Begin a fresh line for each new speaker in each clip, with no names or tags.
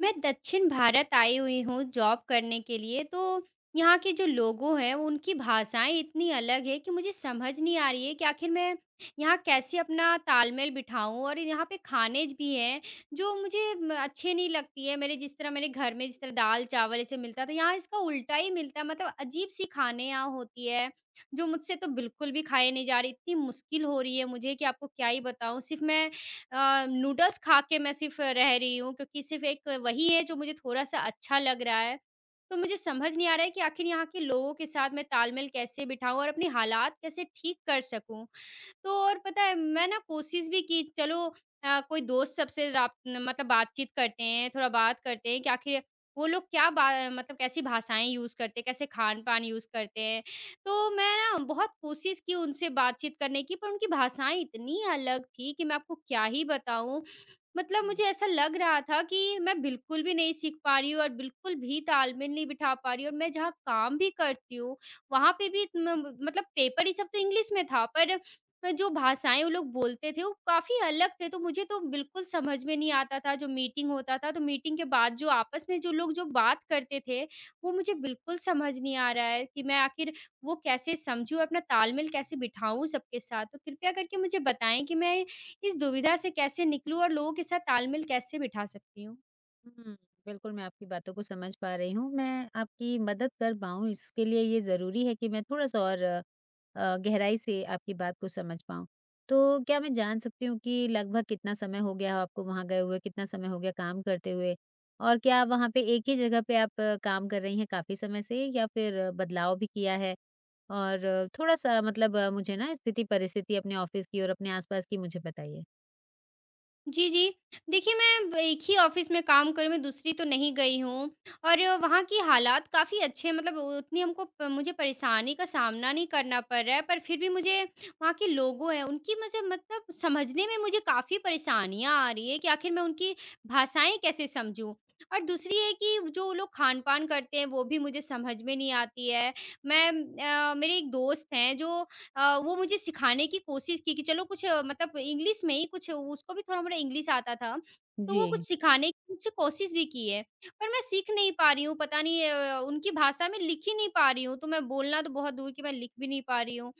मैं दक्षिण भारत आई हुई हूँ जॉब करने के लिए, तो यहाँ के जो लोगों हैं, वो उनकी भाषाएँ इतनी अलग है कि मुझे समझ नहीं आ रही है कि आखिर मैं यहाँ कैसे अपना तालमेल बिठाऊँ और यहाँ पे खाने भी हैं, जो मुझे म अच्छे नहीं लगती है। मेरे जिस तरह, मेरे घर में जिस तरह दाल-चावल ऐसे मिलता था, यहाँ इसका उल्टा ही मिलता है। मतलब अजीब-सी खाने यहाँ होती है, जो मुझसे तो बिल्कुल भी खाए नहीं जा रही। इतनी मुश्किल हो रही है मुझे कि आपको क्या ही बताऊँ। सिर्फ़ मैं नूडल्स खा के मैं सिर्फ़ रह रही हूँ, क्योंकि सिर्फ़ एक वही है जो मुझे थोड़ा-सा अच्छा लग रहा है। तो मुझे समझ नहीं आ रहा है कि आखिर यहाँ के लोगों के साथ मैं तालमेल कैसे बिठाऊँ और अपने हालात कैसे ठीक कर सकूँ? तो और पता है, मैं ना कोशिश भी की, चलो कोई दोस्त सबसे रात मतलब बातचीत करते हैं, थोड़ा बात करते हैं कि आखिर वो लोग क्या बा मतलब कैसी भाषाएँ यूज़ करते हैं, कैसे खान-पान यूज़ करते हैं। तो मैं ना बहुत कोशिश की उनसे बातचीत करने की, पर उनकी भाषाएँ इतनी अलग थी कि मैं आपको क्या ही बताऊँ। मतलब
जी,
मुझे ऐसा लग रहा था कि मैं बिल्कुल भी नहीं सीख पा रही हूँ और बिल्कुल भी तालमेल नहीं बिठा पा रही हूँ, और मैं जहाँ काम भी करती हूँ, वहाँ पे भी म मतलब पेपर ये सब तो इंग्लिश में था, पर जो भाषाएँ वो लोग बोलते थे, वो काफ़ी अलग थे, तो मुझे तो बिल्कुल समझ में नहीं आता था। जो मीटिंग होता था, तो मीटिंग के बाद जो आपस में जो लोग जो बात करते थे, वो मुझे बिल्कुल समझ नहीं आ रहा है कि मैं आखिर वो कैसे समझूँ, अपना तालमेल कैसे बिठाऊँ सबके साथ? तो कृपया करके मुझे बताएँ कि मैं इस दुविधा से कैसे निकलूँ और लोगों के साथ तालमेल कैसे बिठा सकती हूँ?
हुँ, बिल्कुल मैं आपकी बातों को समझ पा रही हूँ। मैं आपकी मदद कर पाऊँ इसके लिए ये ज़रूरी है कि मैं थोड़ा-सा और गहराई से आपकी बात को समझ पाऊँ। तो क्या मैं जान सकती हूँ कि लगभग कितना समय हो गया हो आपको वहाँ गए हुए? कितना समय हो गया काम करते हुए? और क्या वहाँ पे एक ही जगह पे आप काम कर रही हैं काफ़ी समय से या फिर बदलाव भी किया है? और थोड़ा-सा मतलब मुझे ना स्थिति परिस्थिति अपने ऑफ़िस की और अपने आस-पास की मुझे बताइए।
जी, जी। देखिए, मैं ब एक ही ऑफ़िस में काम कर रही हूँ, मैं दूसरी तो नहीं गई हूँ और वहाँ की हालात काफ़ी अच्छे हैं, मतलब उतनी हमको प मुझे परेशानी का सामना नहीं करना पड़ रहा है, पर फिर भी मुझे वहाँ के लोगों हैं, उनकी मुझे मतलब समझने में मुझे काफ़ी परेशानियाँ आ रही है कि आखिर मैं उनकी भाषाएँ कैसे समझूँ? और दूसरी है कि जो लोग खान-पान करते हैं, वो भी मुझे समझ में नहीं आती है। मैं मेरे एक दोस्त हैं, जो वो मुझे सिखाने की कोशिश की कि चलो कुछ मतलब इंग्लिश में ही कुछ, उसको भी थोड़ा-मोड़ा इंग्लिश आता था, तो वो
जी।
कुछ सिखाने की मुझसे कोशिश भी की है, पर मैं सीख नहीं पा रही हूँ, पता नहीं उनकी भाषा में लिख ही नहीं पा रही हूँ, तो मैं बोलना तो बहुत दूर की, मैं लिख भी नहीं पा रही हूँ।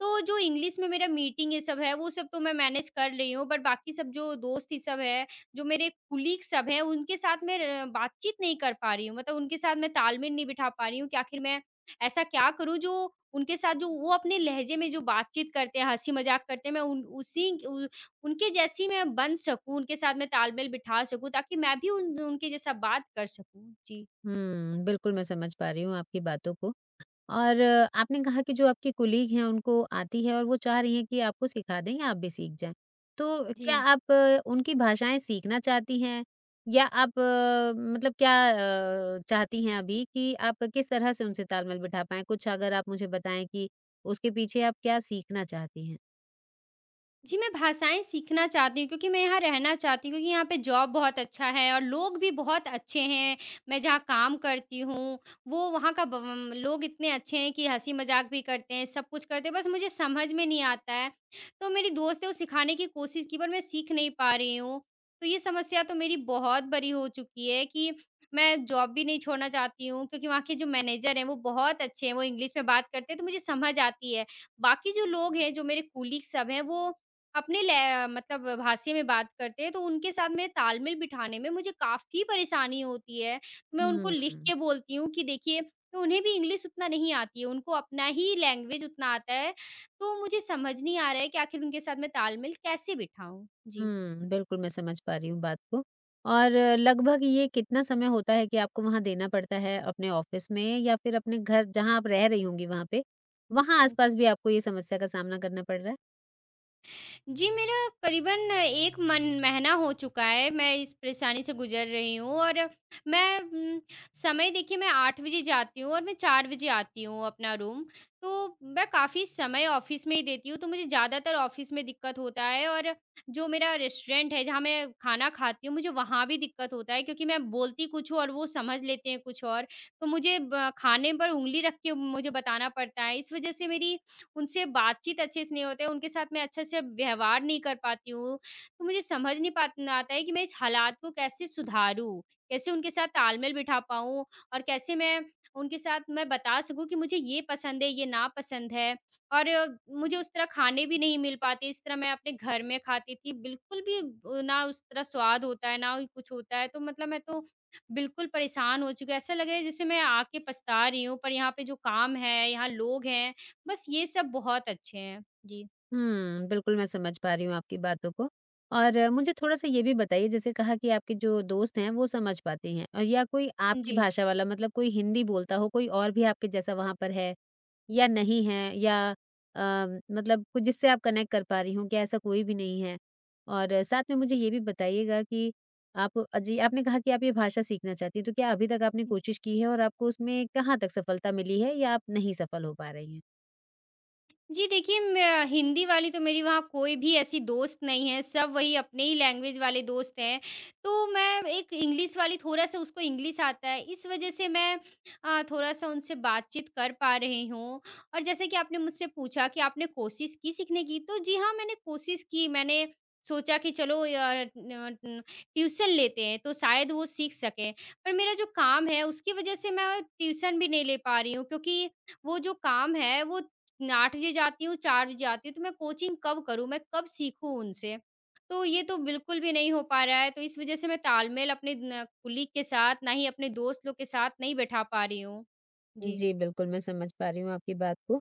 तो जो इंग्लिश में मेरा मीटिंग ये सब है, वो सब तो मैं मैनेज कर रही हूँ, बट बाकी सब जो दोस्त ये सब है, जो मेरे कलीग सब हैं, उनके साथ मैं र बातचीत नहीं कर पा रही हूँ। मतलब उनके साथ मैं तालमेल नहीं बिठा पा रही हूँ कि आखिर मैं ऐसा क्या करूँ जो उनके साथ, जो वो अपने लहज़े में जो बातचीत करते हैं, हँसी-मज़ाक करते हैं, मैं उन उसी उ उनके जैसी मैं बन सकूँ, उनके साथ मैं तालमेल बिठा सकूँ, ताकि मैं भी उन उनके जैसा बात कर सकूँ। जी।
बिल्कुल मैं समझ पा रही हूँ आपकी बातों को। और आपने कहा कि जो आपके कोलीग हैं उनको आती है और वो चाह रही हैं कि आपको सिखा दें या आप भी सीख जाएँ। तो क्या
जी।
आप उनकी भाषाएँ सीखना चाहती हैं? या आप मतलब क्या चाहती हैं अभी कि आप किस तरह से उनसे तालमेल बिठा पाएँ? कुछ अगर आप मुझे बताएँ कि उसके पीछे आप क्या सीखना चाहती हैं?
जी, मैं भाषाएँ सीखना चाहती हूँ क्योंकि मैं यहाँ रहना चाहती हूँ, क्योंकि यहाँ पे जॉब बहुत अच्छा है और लोग भी बहुत अच्छे हैं। मैं जहाँ काम करती हूँ, वो वहाँ का ब म लोग इतने अच्छे हैं कि हँसी-मज़ाक भी करते हैं, सब कुछ करते हैं, बस मुझे समझ में नहीं आता है। तो मेरी दोस्त है, वो सिखाने की कोशिश की, पर मैं सीख नहीं पा रही हूँ। तो ये समस्या तो मेरी बहुत बड़ी हो चुकी है कि मैं जॉब भी नहीं छोड़ना चाहती हूँ, क्योंकि वहाँ के जो मैनेजर हैं, वो बहुत अच्छे हैं, वो इंग्लिश में बात करते हैं, तो मुझे समझ आती है। बाकी जो लोग हैं, जो मेरे कलीग सब हैं, वो अपने लै मतलब भाषा में बात करते हैं, तो उनके साथ मेरे तालमेल बिठाने में मुझे काफ़ी परेशानी होती है। तो मैं उनको लिख
हुँ।
के बोलती हूँ कि देखिए, तो उन्हें भी इंग्लिश उतना नहीं आती है, उनको अपना ही लैंग्वेज उतना आता है। तो मुझे समझ नहीं आ रहा है कि आखिर उनके साथ मैं तालमेल कैसे बिठाऊँ? जी।
बिल्कुल मैं समझ पा रही हूँ बात को। और लगभग ये कितना समय होता है कि आपको वहाँ देना पड़ता है अपने ऑफ़िस में या फिर अपने घर जहाँ आप रह रही होंगी वहाँ पे, वहाँ आस-पास भी आपको ये समस्या का सामना करना पड़ रहा है?
जी, मेरा करीबन 1 मन महीना हो चुका है, मैं इस परेशानी से गुज़र रही हूँ और मैं समय देखिए, मैं 8 बजे जाती हूँ और मैं 4 बजे आती हूँ अपना रूम, तो मैं काफ़ी समय ऑफ़िस में ही देती हूँ, तो मुझे ज़्यादातर ऑफ़िस में दिक्कत होता है और जो मेरा रेस्टोरेंट है, जहाँ मैं खाना खाती हूँ, मुझे वहाँ भी दिक्कत होता है, क्योंकि मैं बोलती कुछ हूँ और वो समझ लेते हैं कुछ और। तो मुझे ब खाने पर उँगली रख के मुझे बताना पड़ता है, इस वज़ह से मेरी उनसे बातचीत अच्छे से नहीं होते, उनके साथ मैं अच्छे से व्यवहार नहीं कर पाती हूँ। तो मुझे समझ नहीं पात आता है कि मैं इस हालात को कैसे सुधारूँ? कैसे उनके साथ तालमेल बिठा पाऊँ और कैसे मैं उनके साथ मैं बता सकूँ कि मुझे ये पसंद है, ये नापसंद है और मुझे उस तरह खाने भी नहीं मिल पाते, इस तरह मैं अपने घर में खाती थी। बिल्कुल भी ना उस तरह स्वाद होता है, ना ही कुछ होता है। तो मतलब मैं तो बिल्कुल परेशान हो चुकी हूँ। ऐसा लग रहा है जैसे मैं आके पछता रही हूँ, पर यहाँ पे जो काम है, यहाँ लोग हैं, बस ये सब बहुत अच्छे हैं। जी।
बिल्कुल मैं समझ पा रही हूँ आपकी बातों को। और मुझे थोड़ा-सा ये भी बताइए, जैसे कहा कि आपके जो दोस्त हैं वो समझ पाते हैं, और या कोई आपकी
जी।
भाषा वाला मतलब कोई हिंदी बोलता हो, कोई और भी आपके जैसा वहाँ पर है? या नहीं है, या अ, मतलब कुछ जिससे आप कनेक्ट कर पा रही हो, क्या ऐसा कोई भी नहीं है? और साथ में मुझे ये भी बताइएगा कि आप, जी आपने कहा कि आप ये भाषा सीखना चाहती हैं, तो क्या अभी तक आपने कोशिश की है और आपको उसमें कहाँ तक सफलता मिली है या आप नहीं सफल हो पा रही हैं?
जी, देखिए, मैं हिंदी वाली तो मेरी वहाँ कोई भी ऐसी दोस्त नहीं है, सब वही अपने ही लैंग्वेज वाले दोस्त हैं। तो मैं एक इंग्लिश वाली, थोड़ा-सा उसको इंग्लिश आता है, इस वज़ह से मैं थोड़ा-सा उनसे बातचीत कर पा रही हूँ। और जैसे कि आपने मुझसे पूछा कि आपने कोशिश की सीखने की, तो जी हाँ, मैंने कोशिश की, मैंने सोचा कि चलो या न न ट्यूशन लेते हैं, तो शायद वो सीख सकें। पर मेरा जो काम है, उसकी वज़ह से मैं ट्यूशन भी नहीं ले पा रही हूँ, क्योंकि वो जो काम है, वो न 8 बजे जाती हूँ, 4 बजे आती हूँ, तो मैं कोचिंग कब करूँ? मैं कब सीखूँ उनसे? तो ये तो बिल्कुल भी नहीं हो पा रहा है, तो इस वज़ह से मैं तालमेल अपने न कुलीग के साथ, ना ही अपने दोस्त लोग के साथ नहीं बैठा पा रही हूँ। जी।
जी, बिल्कुल, मैं समझ पा रही हूँ आपकी बात को।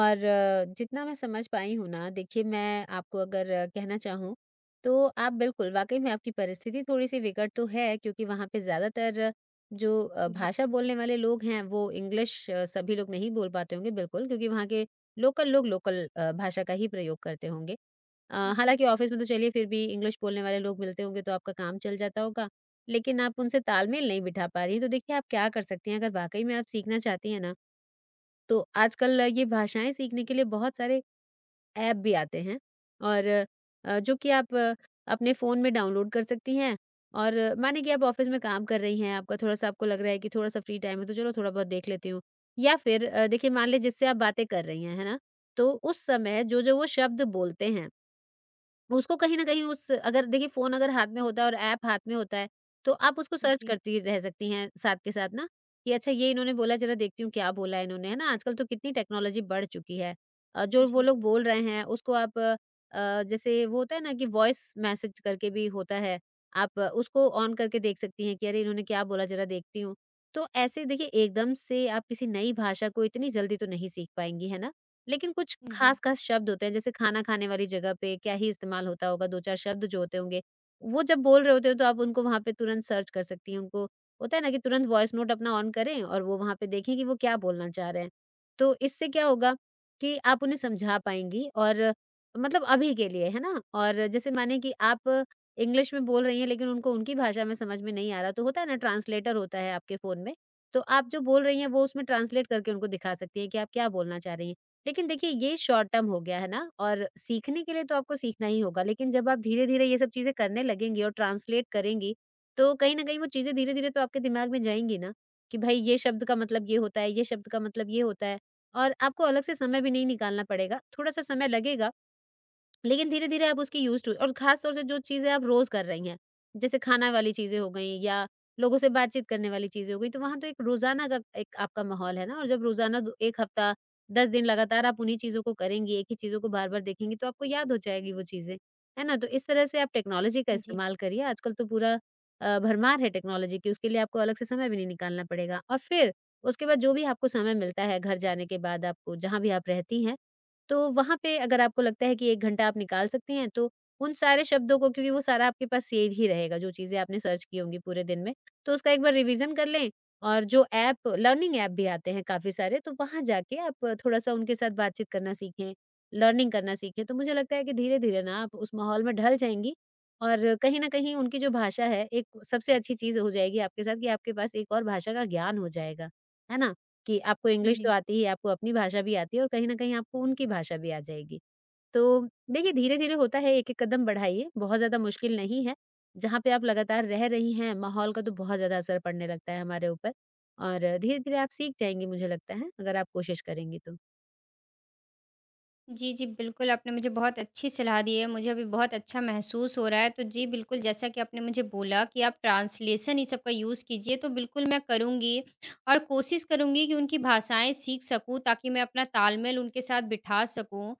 और जितना मैं समझ पाई हूँ ना, देखिए मैं आपको अगर कहना चाहूँ, तो आप बिल्कुल वाक़ई में आपकी परिस्थिति थोड़ी-सी विकट तो है क्योंकि वहाँ पे ज़्यादातर जो
जी,
भाषा बोलने वाले लोग हैं, वो इंग्लिश, सभी लोग नहीं बोल पाते होंगे बिल्कुल, क्योंकि वहाँ के लोकल लोग लोकल भाषा का ही प्रयोग करते होंगे।
जी,
हालाँकि ऑफ़िस में तो चलिए फिर भी इंग्लिश बोलने वाले लोग मिलते होंगे तो आपका काम चल जाता होगा, लेकिन आप उनसे तालमेल नहीं बिठा पा रही हैं, तो देखिए आप क्या कर सकती हैं। अगर वाक़ई में आप सीखना चाहती हैं ना, तो आजकल ये भाषाएँ सीखने के लिए बहुत सारे ऐप भी आते हैं और जो कि आप अपने फ़ोन में डाउनलोड कर सकती हैं। और माने कि आप ऑफ़िस में काम कर रही हैं, आपका थोड़ा-सा आपको लग रहा है कि थोड़ा-सा फ्री टाइम है तो चलो थोड़ा बहुत देख लेती हूँ, या फिर देखिए मान लें जिससे आप बातें कर रही हैं, है ना? तो उस समय जो-जो वो शब्द बोलते हैं उसको कहीं न कहीं, उस अगर देखिए फ़ोन अगर हाथ में होता है और ऐप हाथ में होता है, तो आप उसको सर्च
जी,
करती रह सकती हैं साथ के साथ ना, कि अच्छा ये इन्होंने बोला ज़रा देखती हूँ क्या बोला है इन्होंने, है ना? आजकल तो कितनी टेक्नोलॉजी बढ़ चुकी है। जो वो
जी,
लोग बोल रहे हैं उसको आप, जैसे वो होता है ना कि वॉइस मैसेज करके भी होता है, आप उसको ऑन करके देख सकती हैं कि अरे इन्होंने क्या बोला ज़रा देखती हूँ। तो ऐसे देखिए, एकदम से आप किसी नई भाषा को इतनी जल्दी तो नहीं सीख पाएँगी, है ना? लेकिन कुछ
जी,
खास-खास शब्द होते हैं, जैसे खाना खाने वाली जगह पे क्या ही इस्तेमाल होता होगा, 2-4 शब्द जो होते होंगे, वो जब बोल रहे होते हो तो आप उनको वहाँ पे तुरंत सर्च कर सकती हैं। उनको, होता है ना कि तुरंत वॉइस नोट अपना ऑन करें और वो वहाँ पे देखें कि वो क्या बोलना चाह रहे हैं। तो इससे क्या होगा कि आप उन्हें समझा पाएँगी, और मतलब अभी के लिए, है ना? और जैसे माने कि आप इंग्लिश में बोल रही हैं लेकिन उनको उनकी भाषा में समझ में नहीं आ रहा, तो होता है ना, ट्रांसलेटर होता है आपके फ़ोन में, तो आप जो बोल रही हैं वो उसमें ट्रांसलेट करके उनको दिखा सकती हैं कि आप क्या बोलना चाह रही हैं। लेकिन देखिए ये शॉर्ट टर्म हो गया है ना, और सीखने के लिए तो आपको सीखना ही होगा, लेकिन जब आप धीरे-धीरे ये सब चीज़ें करने लगेंगी और ट्रांसलेट करेंगी, तो कहीं न कहीं वो चीज़ें धीरे-धीरे तो आपके दिमाग में जाएँगी ना, कि भाई ये शब्द का मतलब ये होता है, ये शब्द का मतलब ये होता है। और आपको अलग से समय भी नहीं निकालना पड़ेगा। थोड़ा-सा समय लगेगा लेकिन धीरे-धीरे आप उसकी यूज़्ड हुई, और ख़ास तौर से जो चीज़ें आप रोज़ कर रही हैं, जैसे खाना वाली चीज़ें हो गई या लोगों से बातचीत करने वाली चीज़ें हो गई, तो वहाँ तो एक रोज़ाना का एक आपका माहौल है ना। और जब रोज़ाना दो 1 हफ़्ता, 10 दिन लगातार आप उन्हीं चीज़ों को करेंगी, एक ही चीज़ों को बार-बार देखेंगी, तो आपको याद हो जाएगी वो चीज़ें, है ना? तो इस तरह से आप टेक्नोलॉजी का
जी,
इस्तेमाल करिए। आजकल तो पूरा भरमार है टेक्नोलॉजी की, उसके लिए आपको अलग से समय भी नहीं निकालना पड़ेगा। और फिर उसके बाद जो भी आपको समय मिलता है घर जाने के बाद आपको, जहाँ भी आप रहती हैं, तो वहाँ पे अगर आपको लगता है कि 1 घंटा आप निकाल सकते हैं, तो उन सारे शब्दों को, क्योंकि वो सारा आपके पास सेव ही रहेगा, जो चीज़ें आपने सर्च की होंगी पूरे दिन में, तो उसका एक बार रिवीज़न कर लें। और जो ऐप, लर्निंग ऐप भी आते हैं काफ़ी सारे, तो वहाँ जाके आप थोड़ा-सा उनके साथ बातचीत करना सीखें, लर्निंग करना सीखें। तो मुझे लगता है कि धीरे-धीरे ना आप उस माहौल में ढल जाएँगी। और कहीं न कहीं उनकी जो भाषा है, एक सबसे अच्छी चीज़ हो जाएगी आपके साथ कि आपके पास एक और भाषा का ज्ञान हो जाएगा, है ना? कि आपको इंग्लिश तो
जी।
आती ही है, आपको अपनी भाषा भी आती है, और कहीं न कहीं आपको उनकी भाषा भी आ जाएगी। तो देखिए धीरे-धीरे होता है, एक-एक कदम बढ़ाइए, बहुत ज़्यादा मुश्किल नहीं है। जहाँ पे आप लगातार रह रही हैं, माहौल का तो बहुत ज़्यादा असर पड़ने लगता है हमारे ऊपर, और धीरे-धीरे आप सीख जाएँगी, मुझे लगता है, अगर आप कोशिश करेंगी तो।
जी, जी, बिल्कुल, आपने मुझे बहुत अच्छी सलाह दी है, मुझे अभी बहुत अच्छा महसूस हो रहा है। तो जी, बिल्कुल, जैसा कि आपने मुझे बोला कि आप ट्रांसलेशन ये सब का यूज़ कीजिए, तो बिल्कुल मैं करूँगी और कोशिश करूँगी कि उनकी भाषाएँ सीख सकूँ, ताकि मैं अपना तालमेल उनके साथ बिठा सकूँ।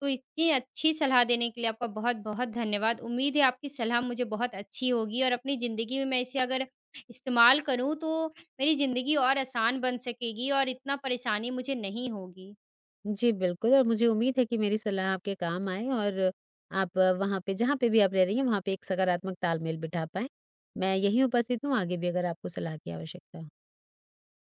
तो इतनी अच्छी सलाह देने के लिए आपका बहुत-बहुत धन्यवाद। उम्मीद है आपकी सलाह मुझे बहुत अच्छी होगी और अपनी ज़िंदगी में मैं इसे अगर इस्तेमाल करूँ, तो मेरी ज़िंदगी और आसान बन सकेगी और इतना परेशानी मुझे नहीं होगी।
जी, बिल्कुल, और मुझे उम्मीद है कि मेरी सलाह आपके काम आए और आप वहाँ पे, जहाँ पे भी आप रह रही हैं, वहाँ पे एक सकारात्मक तालमेल बिठा पाएँ। मैं यहीं उपस्थित हूँ, आगे भी अगर आपको सलाह की आवश्यकता हो।